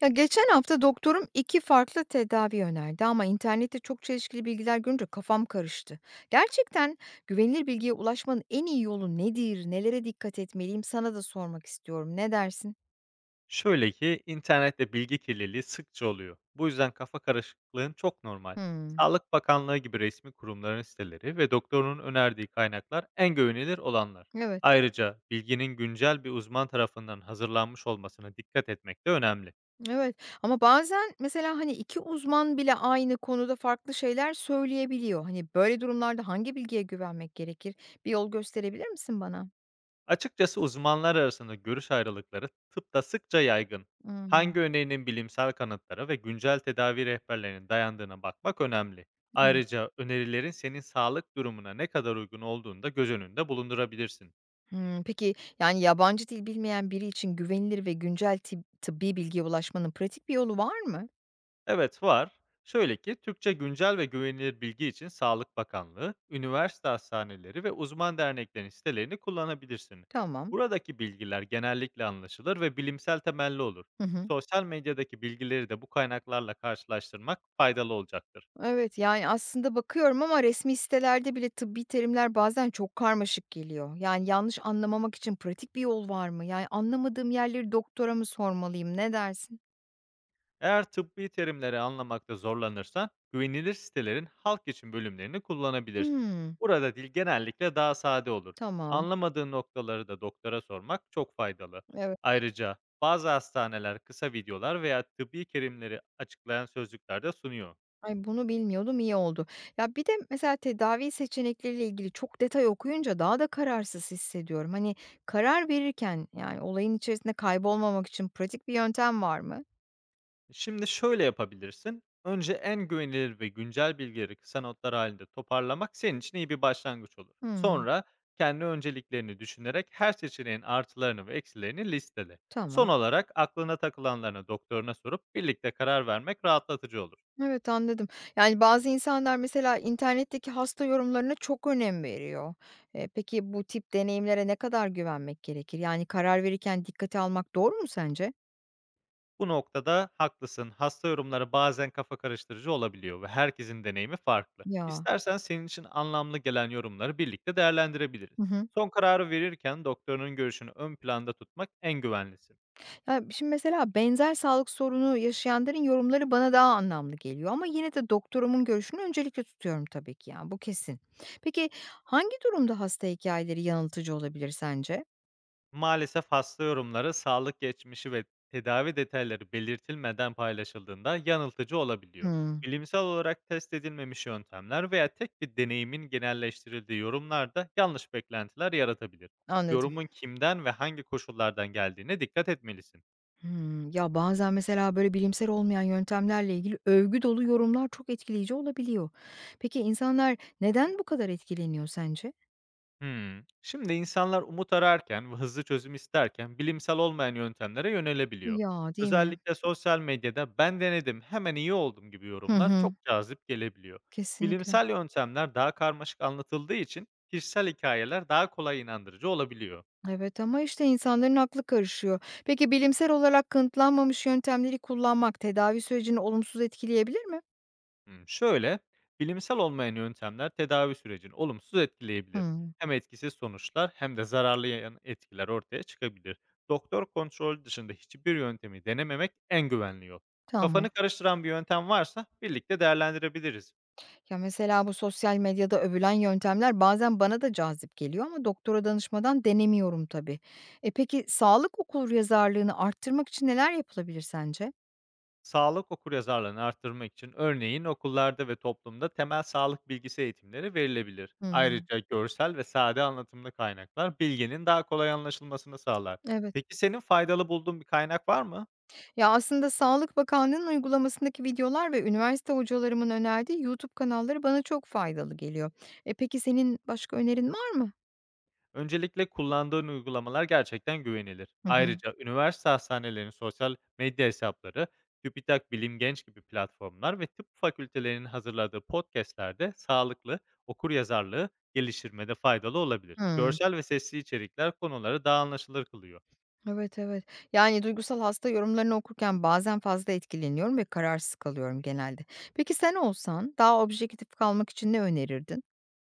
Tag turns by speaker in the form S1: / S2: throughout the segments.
S1: Ya geçen hafta doktorum iki farklı tedavi önerdi ama internette çok çelişkili bilgiler görünce kafam karıştı. Gerçekten güvenilir bilgiye ulaşmanın en iyi yolu nedir? Nelere dikkat etmeliyim? Sana da sormak istiyorum. Ne dersin?
S2: Şöyle ki internette bilgi kirliliği sıkça oluyor. Bu yüzden kafa karışıklığın çok normal.
S1: Hmm.
S2: Sağlık Bakanlığı gibi resmi kurumların siteleri ve doktorun önerdiği kaynaklar en güvenilir olanlar.
S1: Evet.
S2: Ayrıca bilginin güncel bir uzman tarafından hazırlanmış olmasına dikkat etmek de önemli.
S1: Evet. Ama bazen mesela hani iki uzman bile aynı konuda farklı şeyler söyleyebiliyor. Hani böyle durumlarda hangi bilgiye güvenmek gerekir? Bir yol gösterebilir misin bana?
S2: Açıkçası uzmanlar arasında görüş ayrılıkları tıpta sıkça yaygın. Hangi
S1: Hmm.
S2: öneğinin bilimsel kanıtlara ve güncel tedavi rehberlerine dayandığına bakmak önemli.
S1: Evet.
S2: Ayrıca önerilerin senin sağlık durumuna ne kadar uygun olduğunu da göz önünde bulundurabilirsin.
S1: Hımm. Peki, yani, yabancı dil bilmeyen biri için güvenilir ve güncel tıbbi bilgiye ulaşmanın pratik bir yolu var mı?
S2: Evet var. Şöyle ki Türkçe güncel ve güvenilir bilgi için Sağlık Bakanlığı, üniversite hastaneleri ve uzman derneklerin sitelerini kullanabilirsin.
S1: Tamam.
S2: Buradaki bilgiler genellikle anlaşılır ve bilimsel temelli olur.
S1: Hı hı.
S2: Sosyal medyadaki bilgileri de bu kaynaklarla karşılaştırmak faydalı olacaktır.
S1: Evet, yani, aslında bakıyorum ama resmi sitelerde bile tıbbi terimler bazen çok karmaşık geliyor. Yani, yanlış anlamamak için pratik bir yol var mı? Yani, anlamadığım yerleri doktora mı sormalıyım? Ne dersin?
S2: Eğer tıbbi terimleri anlamakta zorlanırsan, güvenilir sitelerin halk için bölümlerini kullanabilirsin.
S1: Hımm.
S2: Burada dil genellikle daha sade olur.
S1: Tamam.
S2: Anlamadığın noktaları da doktora sormak çok faydalı.
S1: Evet.
S2: Ayrıca bazı hastaneler kısa videolar veya tıbbi terimleri açıklayan sözlükler de sunuyor.
S1: Ay, bunu bilmiyordum, iyi oldu. Ya, bir de mesela tedavi seçenekleriyle ilgili çok detay okuyunca daha da kararsız hissediyorum. Hani, karar verirken, yani, olayın içerisinde kaybolmamak için pratik bir yöntem var mı?
S2: Şimdi şöyle yapabilirsin. Önce en güvenilir ve güncel bilgileri kısa notlar halinde toparlamak senin için iyi bir başlangıç olur.
S1: Hımm,
S2: Sonra kendi önceliklerini düşünerek her seçeneğin artılarını ve eksilerini listele. Son
S1: tamam.
S2: olarak aklına takılanlarını doktoruna sorup birlikte karar vermek rahatlatıcı olur.
S1: Evet, anladım. Yani, bazı insanlar mesela internetteki hasta yorumlarına çok önem veriyor. Peki bu tip deneyimlere ne kadar güvenmek gerekir? Yani, karar verirken dikkate almak doğru mu sence?
S2: Bu noktada haklısın. Hasta yorumları bazen kafa karıştırıcı olabiliyor ve herkesin deneyimi farklı.
S1: Ya.
S2: İstersen senin için anlamlı gelen yorumları birlikte değerlendirebiliriz.
S1: Hı hı.
S2: Son kararı verirken doktorunun görüşünü ön planda tutmak en güvenlisi.
S1: Ya, şimdi mesela benzer sağlık sorunu yaşayanların yorumları bana daha anlamlı geliyor ama yine de doktorumun görüşünü öncelikle tutuyorum tabii ki, yani, bu kesin. Peki hangi durumda hasta hikayeleri yanıltıcı olabilir sence?
S2: Maalesef hasta yorumları, sağlık geçmişi ve tedavi detayları belirtilmeden paylaşıldığında yanıltıcı olabiliyor.
S1: Hımm,
S2: Bilimsel olarak test edilmemiş yöntemler veya tek bir deneyimin genelleştirildiği yorumlarda yanlış beklentiler yaratabilir.
S1: anladım.
S2: Yorumun kimden ve hangi koşullardan geldiğine dikkat etmelisin.
S1: Hımm. Ya, bazen mesela böyle bilimsel olmayan yöntemlerle ilgili övgü dolu yorumlar çok etkileyici olabiliyor. Peki insanlar neden bu kadar etkileniyor sence?
S2: Hımm. Şimdi insanlar umut ararken ve hızlı çözüm isterken bilimsel olmayan yöntemlere yönelebiliyor.
S1: Ya, değil mi?
S2: Özellikle sosyal medyada "Ben denedim, hemen iyi oldum." gibi
S1: Hı
S2: yorumlar
S1: hı.
S2: çok cazip gelebiliyor.
S1: Kesinlikle.
S2: Bilimsel yöntemler daha karmaşık anlatıldığı için kişisel hikayeler daha kolay inandırıcı olabiliyor.
S1: Evet ama işte insanların aklı karışıyor. Peki bilimsel olarak kanıtlanmamış yöntemleri kullanmak tedavi sürecini olumsuz etkileyebilir mi?
S2: Hımm, şöyle, bilimsel olmayan yöntemler tedavi sürecini olumsuz etkileyebilir.
S1: Hmm,
S2: Hem etkisiz sonuçlar hem de zararlı yan etkiler ortaya çıkabilir. Doktor kontrolü dışında hiçbir yöntemi denememek en güvenli yol.
S1: tamam.
S2: Kafanı karıştıran bir yöntem varsa birlikte değerlendirebiliriz.
S1: Ya mesela bu sosyal medyada övülen yöntemler bazen bana da cazip geliyor ama doktora danışmadan denemiyorum tabii. E peki sağlık okur yazarlığını arttırmak için neler yapılabilir sence?
S2: Sağlık okuryazarlığını arttırmak için örneğin okullarda ve toplumda temel sağlık bilgisi eğitimleri verilebilir.
S1: Hmm,
S2: Ayrıca görsel ve sade anlatımlı kaynaklar bilginin daha kolay anlaşılmasını sağlar.
S1: evet.
S2: Peki senin faydalı bulduğun bir kaynak var mı?
S1: Ya aslında Sağlık Bakanlığı'nın uygulamasındaki videolar ve üniversite hocalarımın önerdiği YouTube kanalları bana çok faydalı geliyor. E peki senin başka önerin var mı?
S2: Öncelikle kullandığın uygulamalar gerçekten güvenilir.
S1: Hı hı.
S2: Ayrıca üniversite hastanelerinin sosyal medya hesapları, TÜBİTAK Bilim Genç gibi platformlar ve tıp fakültelerinin hazırladığı podcastlerde sağlıklı okur yazarlığı geliştirmede faydalı olabilir.
S1: Hımm.
S2: Görsel ve sesli içerikler konuları daha anlaşılır kılıyor.
S1: Evet, evet. Yani, duygusal hasta yorumlarını okurken bazen fazla etkileniyorum ve kararsız kalıyorum genelde. Peki sen olsan daha objektif kalmak için ne önerirdin?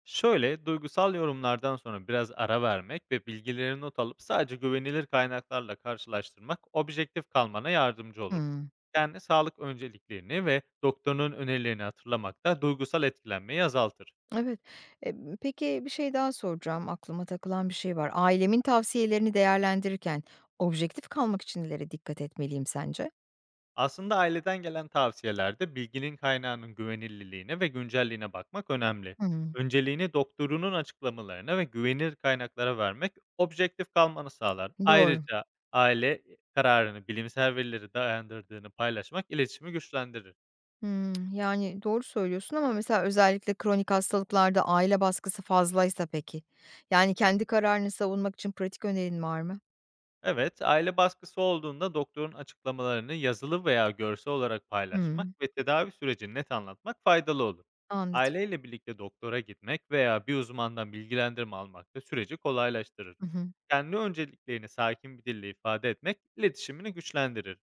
S2: Şöyle, duygusal yorumlardan sonra biraz ara vermek ve bilgileri not alıp sadece güvenilir kaynaklarla karşılaştırmak objektif kalmana yardımcı olur.
S1: Hımm.
S2: Yani sağlık önceliklerini ve doktorunun önerilerini hatırlamak da duygusal etkilenmeyi azaltır.
S1: Evet. Peki bir şey daha soracağım, aklıma takılan bir şey var. Ailemin tavsiyelerini değerlendirirken objektif kalmak için nelere dikkat etmeliyim sence?
S2: Aslında aileden gelen tavsiyelerde bilginin kaynağının güvenilirliğine ve güncelliğine bakmak önemli.
S1: Hımm.
S2: Önceliğini doktorunun açıklamalarına ve güvenilir kaynaklara vermek objektif kalmanı sağlar.
S1: Doğru.
S2: Ayrıca aile kararını bilimsel verilere dayandırdığını paylaşmak iletişimi güçlendirir.
S1: Hımm. Yani, doğru söylüyorsun ama mesela özellikle kronik hastalıklarda aile baskısı fazlaysa peki? Yani kendi kararını savunmak için pratik önerin var mı?
S2: Evet, aile baskısı olduğunda doktorun açıklamalarını yazılı veya görsel olarak
S1: Hımm,
S2: paylaşmak ve tedavi sürecini net anlatmak faydalı olur.
S1: anladım.
S2: Aileyle birlikte doktora gitmek veya bir uzmandan bilgilendirme almak da süreci kolaylaştırır.
S1: Hı hı.
S2: Kendi önceliklerini sakin bir dille ifade etmek iletişimini güçlendirir.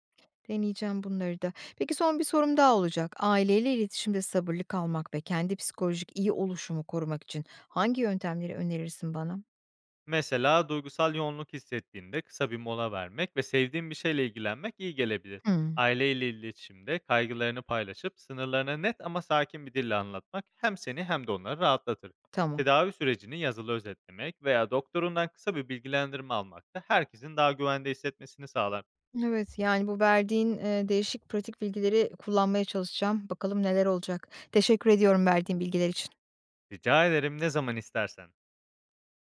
S1: Deneyeceğim bunları da. Peki son bir sorum daha olacak. Aileyle iletişimde sabırlı kalmak ve kendi psikolojik iyi oluşumu korumak için hangi yöntemleri önerirsin bana?
S2: Mesela duygusal yoğunluk hissettiğinde kısa bir mola vermek ve sevdiğin bir şeyle ilgilenmek iyi gelebilir.
S1: Hımm,
S2: Aileyle iletişimde kaygılarını paylaşıp sınırlarını net ama sakin bir dille anlatmak hem seni hem de onları rahatlatır.
S1: tamam.
S2: Tedavi sürecini yazılı özetlemek veya doktorundan kısa bir bilgilendirme almak da herkesin daha güvende hissetmesini sağlar.
S1: Evet, yani bu verdiğin, değişik pratik bilgileri kullanmaya çalışacağım. Bakalım neler olacak. Teşekkür ediyorum verdiğin bilgiler için.
S2: Rica ederim ne zaman istersen.